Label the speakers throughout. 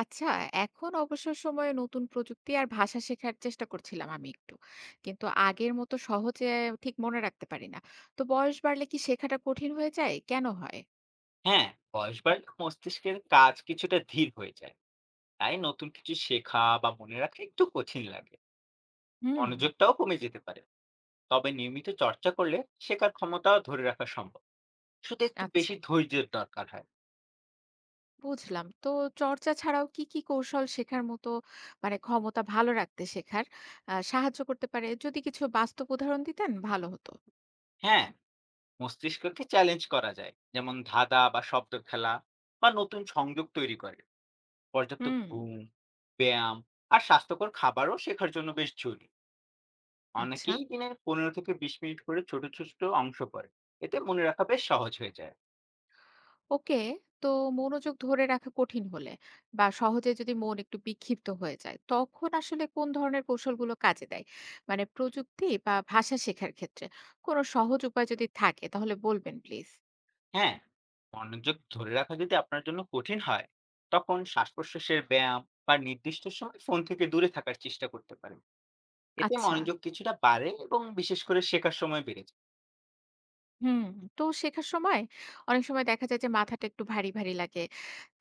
Speaker 1: আচ্ছা, এখন অবসর সময়ে নতুন প্রযুক্তি আর ভাষা শেখার চেষ্টা করছিলাম আমি একটু। কিন্তু আগের মতো সহজে ঠিক মনে রাখতে পারি না। তো বয়স বাড়লে কি শেখাটা কঠিন হয়ে যায়? কেন হয়?
Speaker 2: হ্যাঁ, বয়স বাড়লে মস্তিষ্কের কাজ কিছুটা ধীর হয়ে যায়। তাই নতুন কিছু শেখা বা মনে রাখা একটু কঠিন লাগে।
Speaker 1: হুম।
Speaker 2: মনোযোগটাও কমে যেতে পারে। তবে নিয়মিত চর্চা করলে শেখার ক্ষমতাও ধরে রাখা সম্ভব। শুধু একটু
Speaker 1: আচ্ছা,
Speaker 2: বেশি ধৈর্যের দরকার হয়।
Speaker 1: বুঝলাম। তো চর্চা ছাড়াও কি কৌশল শেখার মতো মানে ক্ষমতা ভালো রাখতে শেখার সাহায্য করতে পারে? যদি কিছু বাস্তব উদাহরণ দিতেন ভালো হতো।
Speaker 2: হ্যাঁ, মস্তিষ্ককে চ্যালেঞ্জ করা যায়। যেমন ধাঁধা বা শব্দ খেলা বা নতুন সংযোগ তৈরি করে। পর্যাপ্ত
Speaker 1: হুম।
Speaker 2: ঘুম, ব্যায়াম আর স্বাস্থ্যকর খাবারও শেখার জন্য বেশ জরুরি।
Speaker 1: আচ্ছা।
Speaker 2: অনেকেই দিনে ১৫ থেকে ২০ মিনিট করে ছোট, ছোট অংশ পড়ে। এতে মনে রাখা বেশ সহজ হয়ে যায়।
Speaker 1: ওকে। তো মনোযোগ ধরে রাখা কঠিন হলে বা সহজে যদি মন একটু বিক্ষিপ্ত হয়ে যায় তখন আসলে কোন ধরনের কৌশলগুলো কাজে দেয়, মানে প্রযুক্তি বা ভাষা শেখার ক্ষেত্রে কোনো সহজ উপায় যদি থাকে তাহলে বলবেন প্লিজ।
Speaker 2: হ্যাঁ, মনোযোগ ধরে রাখা যদি আপনার জন্য কঠিন হয়, তখন শ্বাস প্রশ্বাসের ব্যায়াম বা নির্দিষ্ট সময় ফোন থেকে দূরে থাকার চেষ্টা করতে পারেন। এতে
Speaker 1: আচ্ছা।
Speaker 2: মনোযোগ কিছুটা বাড়ে এবং বিশেষ করে শেখার সময় বেড়ে যায়।
Speaker 1: হুম। তো শেখার সময় অনেক সময় দেখা যায় যে মাথাটা একটু ভারী ভারী লাগে,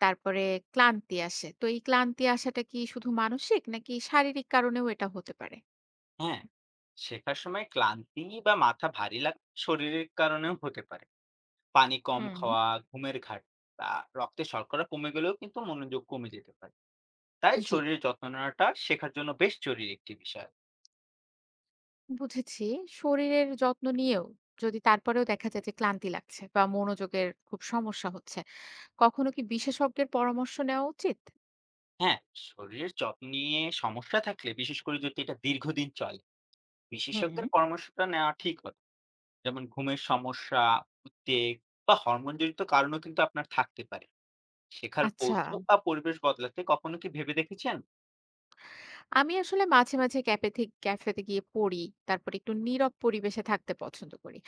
Speaker 1: তারপরে ক্লান্তি আসে। তো এই ক্লান্তি আসাটা কি শুধু মানসিক নাকি শারীরিক কারণেও এটা হতে পারে?
Speaker 2: হ্যাঁ, শেখার সময় ক্লান্তি বা মাথা ভারী লাগা শরীরের কারণেও হতে পারে। পানি কম
Speaker 1: হুম।
Speaker 2: খাওয়া, ঘুমের ঘাটতি বা রক্তে শর্করা কমে গেলেও কিন্তু মনোযোগ কমে যেতে পারে। তাই
Speaker 1: জি,
Speaker 2: শরীরের যত্ন নেওয়াটা শেখার জন্য বেশ জরুরি একটি বিষয়।
Speaker 1: বুঝেছি। শরীরের যত্ন নিয়েও যদি তারপরেও দেখা যায় যে ক্লান্তি লাগছে বা মনোযোগের খুব সমস্যা হচ্ছে, কখনো কি বিশেষজ্ঞের পরামর্শ নেওয়া উচিত?
Speaker 2: হ্যাঁ, শরীরের যত্ন নিয়ে সমস্যা থাকলে বিশেষ করে যদি এটা দীর্ঘদিন চলে,
Speaker 1: হুম।
Speaker 2: বিশেষজ্ঞের পরামর্শটা নেওয়া ঠিক কথা। যেমন ঘুমের সমস্যা, উদ্বেগ বা হরমোনজনিত কারণও কিন্তু আপনার থাকতে পারে। শেখার
Speaker 1: আচ্ছা।
Speaker 2: কৌশল বা পরিবেশ বদলাতে কখনো কি ভেবে দেখেছেন?
Speaker 1: আমি আসলে মাঝে, মাঝে ক্যাফেতে গিয়ে পড়ি। তারপরে একটু নীরব পরিবেশে থাকতে পছন্দ করি।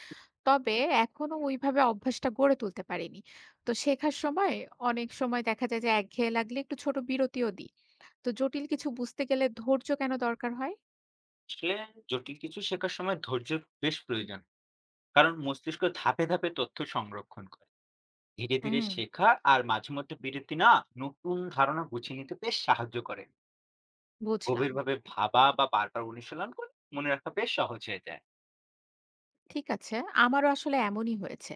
Speaker 1: তবে এখনো ওইভাবে অভ্যাসটা গড়ে তুলতে পারিনি। তো শেখার সময় অনেক সময় দেখা যায় যে একঘেয়ে লাগলে একটু ছোট বিরতিও দিই। তো জটিল কিছু বুঝতে গেলে ধৈর্য কেন দরকার হয়?
Speaker 2: আসলে জটিল কিছু শেখার সময় ধৈর্য বেশ প্রয়োজন। কারণ মস্তিষ্ক ধাপে, ধাপে তথ্য সংরক্ষণ করে। ধীরে, ধীরে
Speaker 1: হুম।
Speaker 2: শেখা আর মাঝে মধ্যে বিরতি নেওয়া নতুন ধারণা গুছিয়ে নিতে বেশ সাহায্য করে।
Speaker 1: বুঝলাম।
Speaker 2: গভীরভাবে ভাবা বা বারবার অনুশীলন করে মনে রাখা বেশ সহজ হয়ে যায়।
Speaker 1: ঠিক আছে। আমারও আসলে এমনই হয়েছে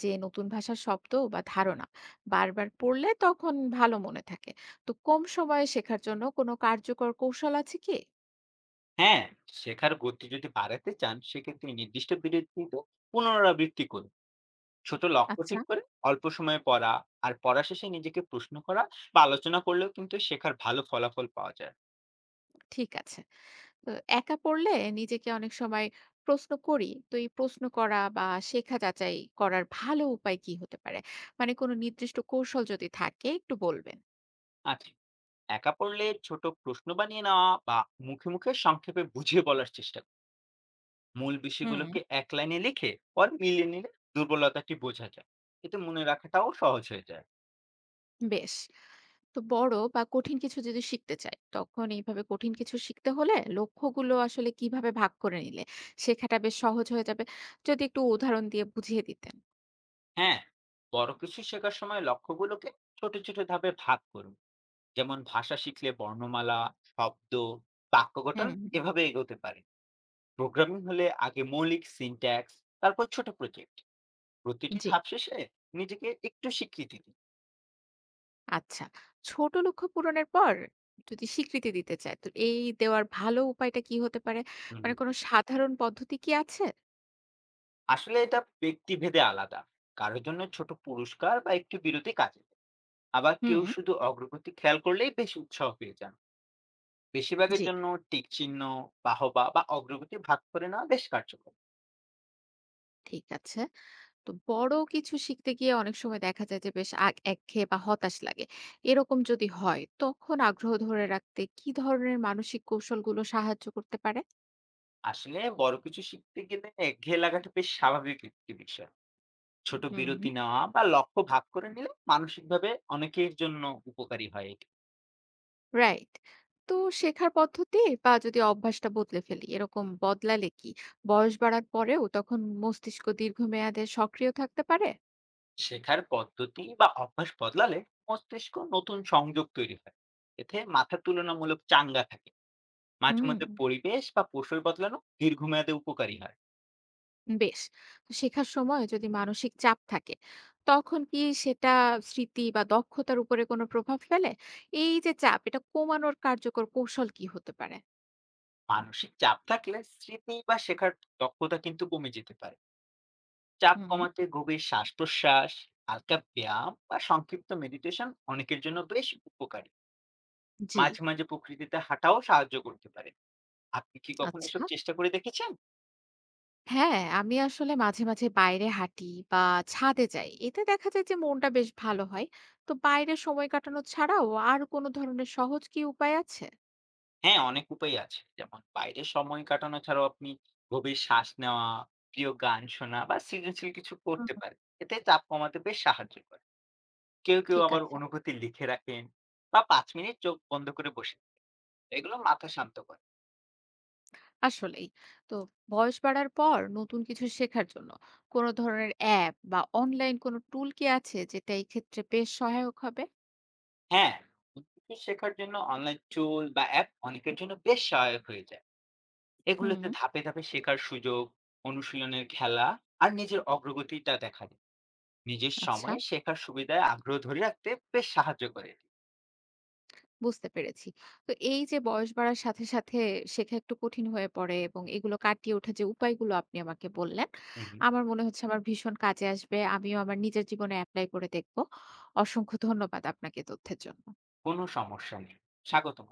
Speaker 1: যে নতুন ভাষার শব্দ বা ধারণা বারবার পড়লে তখন ভালো মনে থাকে। তো কম সময়ে শেখার জন্য কোনো কার্যকর কৌশল আছে কি?
Speaker 2: হ্যাঁ, শেখার গতি যদি বাড়াতে চান, সেক্ষেত্রে নির্দিষ্ট বিরতিতে পুনরাবৃত্তি করুন। ছোট লক্ষ্য
Speaker 1: আচ্ছা,
Speaker 2: ঠিক করে অল্প সময়ে পড়া আর পড়া শেষে নিজেকে প্রশ্ন করা বা আলোচনা করলেও কিন্তু শেখার ভালো ফলাফল পাওয়া যায়।
Speaker 1: ঠিক আছে। তো একা পড়লে নিজেকে অনেক সময় প্রশ্ন করি। তো এই প্রশ্ন করা বা শেখা যাচাই করার ভালো উপায় কি হতে পারে? মানে কোনো নির্দিষ্ট কৌশল যদি থাকে একটু বলবেন।
Speaker 2: আচ্ছা, একা পড়লে ছোট প্রশ্ন বানিয়ে নেওয়া বা মুখে, মুখে সংক্ষেপে বুঝিয়ে বলার চেষ্টা করুন। মূল
Speaker 1: হুম।
Speaker 2: বিষয়গুলোকে এক লাইনে লিখে পরে মিলিয়ে নিলে দুর্বলতাটি বোঝা যায়। এতে মনে রাখাটাও সহজ হয়ে যায়।
Speaker 1: বেশ। তো বড় বা কঠিন কিছু যদি শিখতে চাই তখন এইভাবে কঠিন কিছু শিখতে হলে লক্ষ্যগুলো আসলে কিভাবে ভাগ করে নিলে শেখাটা বেশ সহজ হয়ে যাবে, যদি একটু উদাহরণ দিয়ে বুঝিয়ে দিতেন।
Speaker 2: হ্যাঁ, বড় কিছু শেখার সময় লক্ষ্যগুলোকে ছোট, ছোট ধাপে ভাগ করুন। যেমন ভাষা শিখলে বর্ণমালা, শব্দ, বাক্য গঠন
Speaker 1: হুম, হুম।
Speaker 2: এভাবে এগোতে পারে। প্রোগ্রামিং হলে আগে মৌলিক সিনট্যাক্স, তারপর ছোট প্রজেক্ট। প্রতিটি
Speaker 1: জি।
Speaker 2: ধাপ শেষে নিজেকে একটু স্বীকৃতি দিন।
Speaker 1: আচ্ছা, ছোট লক্ষ্য পূরণের পর যদি স্বীকৃতি দিতে চায় তো এই দেওয়ার ভালো উপায়টা কি হতে পারে,
Speaker 2: হুম,
Speaker 1: মানে কোনো সাধারণ পদ্ধতি কি আছে?
Speaker 2: আসলে এটা ব্যক্তিভেদে আলাদা। কারোর জন্য ছোট পুরস্কার বা একটু বিরতি কাজে দেয়। আবার
Speaker 1: হুম।
Speaker 2: কেউ শুধু অগ্রগতি খেয়াল করলেই বেশি উৎসাহ পেয়ে যান।
Speaker 1: জি।
Speaker 2: বেশিরভাগের জন্য টিক চিহ্ন, বাহবা বা অগ্রগতি ভাগ করে নেওয়া বেশ কার্যকর।
Speaker 1: ঠিক আছে। তো বড় কিছু শিখতে গিয়ে অনেক সময় দেখা যায় যে বেশ একঘেয়ে বা হতাশ লাগে। এরকম যদি হয় তখন আগ্রহ ধরে রাখতে কি ধরনের মানসিক কৌশলগুলো সাহায্য করতে পারে?
Speaker 2: আসলে বড় কিছু শিখতে গেলে একঘেয়ে লাগাটা বেশ স্বাভাবিক একটি বিষয়। ছোট
Speaker 1: হুম।
Speaker 2: বিরতি নেওয়া বা লক্ষ্য ভাগ করে নিলে মানসিকভাবে অনেকের জন্য উপকারী হয় এটি।
Speaker 1: রাইট। তো শেখার পদ্ধতি বা যদি অভ্যাসটা বদলে ফেলি, এরকম বদলালে কি বয়স বাড়ার পরেও তখন মস্তিষ্ক দীর্ঘমেয়াদে সক্রিয় থাকতে পারে?
Speaker 2: শেখার পদ্ধতি বা অভ্যাস বদলালে মস্তিষ্ক নতুন সংযোগ তৈরি হয়, এতে মাথা তুলনামূলক চাঙ্গা থাকে। মাঝে
Speaker 1: হুম।
Speaker 2: মধ্যে পরিবেশ বা পোষণ বদলানো দীর্ঘমেয়াদে উপকারী হয়।
Speaker 1: বেশ। তো শেখার সময় যদি মানসিক চাপ থাকে, তখন কি সেটা স্মৃতি বা দক্ষতার উপরে কোনো প্রভাব ফেলে? এই যে চাপ, এটা কমানোর কার্যকর কৌশল কি হতে পারে?
Speaker 2: মানসিক চাপ থাকলে স্মৃতি বা শেখার দক্ষতা কিন্তু কমে যেতে পারে। চাপ
Speaker 1: হুম,
Speaker 2: কমাতে গভীর শ্বাস প্রশ্বাস, হালকা ব্যায়াম বা সংক্ষিপ্ত মেডিটেশন অনেকের জন্য বেশ উপকারী।
Speaker 1: জি,
Speaker 2: মাঝে মাঝে প্রকৃতিতে হাঁটাও সাহায্য করতে পারে। আপনি কি কখনো
Speaker 1: আচ্ছা।
Speaker 2: এসব চেষ্টা করে দেখেছেন?
Speaker 1: হ্যাঁ, আমি আসলে মাঝে, মাঝে বাইরে হাঁটি বা ছাদে যাই। এতে দেখা যায় যে মনটা বেশ ভালো হয়। তো বাইরে সময় কাটানো ছাড়াও আর কোনো ধরনের সহজ কি উপায় আছে?
Speaker 2: হ্যাঁ, অনেক উপায় আছে। যেমন বাইরে সময় কাটানো ছাড়াও আপনি গভীর শ্বাস নেওয়া, প্রিয় গান শোনা বা সৃজনশীল কিছু
Speaker 1: হুম,
Speaker 2: করতে পারেন। এতে চাপ কমাতে বেশ সাহায্য করে। কেউ, কেউ
Speaker 1: ঠিক
Speaker 2: আবার
Speaker 1: আছে।
Speaker 2: অনুভূতি লিখে রাখেন বা ৫ মিনিট চোখ বন্ধ করে বসে থাকেন। এগুলো মাথা শান্ত করে।
Speaker 1: আসলেই। তো বয়স বাড়ার পর নতুন কিছু শেখার জন্য কোনো ধরনের অ্যাপ বা অনলাইন কোনো টুল কি আছে যেটা এই ক্ষেত্রে বেশ সহায়ক হবে?
Speaker 2: হ্যাঁ, নতুন কিছু শেখার জন্য অনলাইন টুল বা অ্যাপ অনেকের জন্য বেশ সহায়ক হয়ে যায়।
Speaker 1: হুম।
Speaker 2: এগুলোতে ধাপে, ধাপে শেখার সুযোগ, অনুশীলনের খেলা আর নিজের অগ্রগতিটা দেখা যায়। নিজের
Speaker 1: আচ্ছা,
Speaker 2: সময়ে শেখার সুবিধায় আগ্রহ ধরে রাখতে বেশ সাহায্য করে এটি।
Speaker 1: বুঝতে পেরেছি। তো এই যে বয়স বাড়ার সাথে সাথে শেখা একটু কঠিন হয়ে পড়ে এবং এগুলো কাটিয়ে ওঠা যে উপায়গুলো আপনি আমাকে বললেন,
Speaker 2: হুম, হুম।
Speaker 1: আমার মনে হচ্ছে আমার ভীষণ কাজে আসবে। আমিও আমার নিজের জীবনে অ্যাপ্লাই করে দেখবো। অসংখ্য ধন্যবাদ আপনাকে তথ্যের জন্য।
Speaker 2: কোনো সমস্যা নেই। স্বাগতম।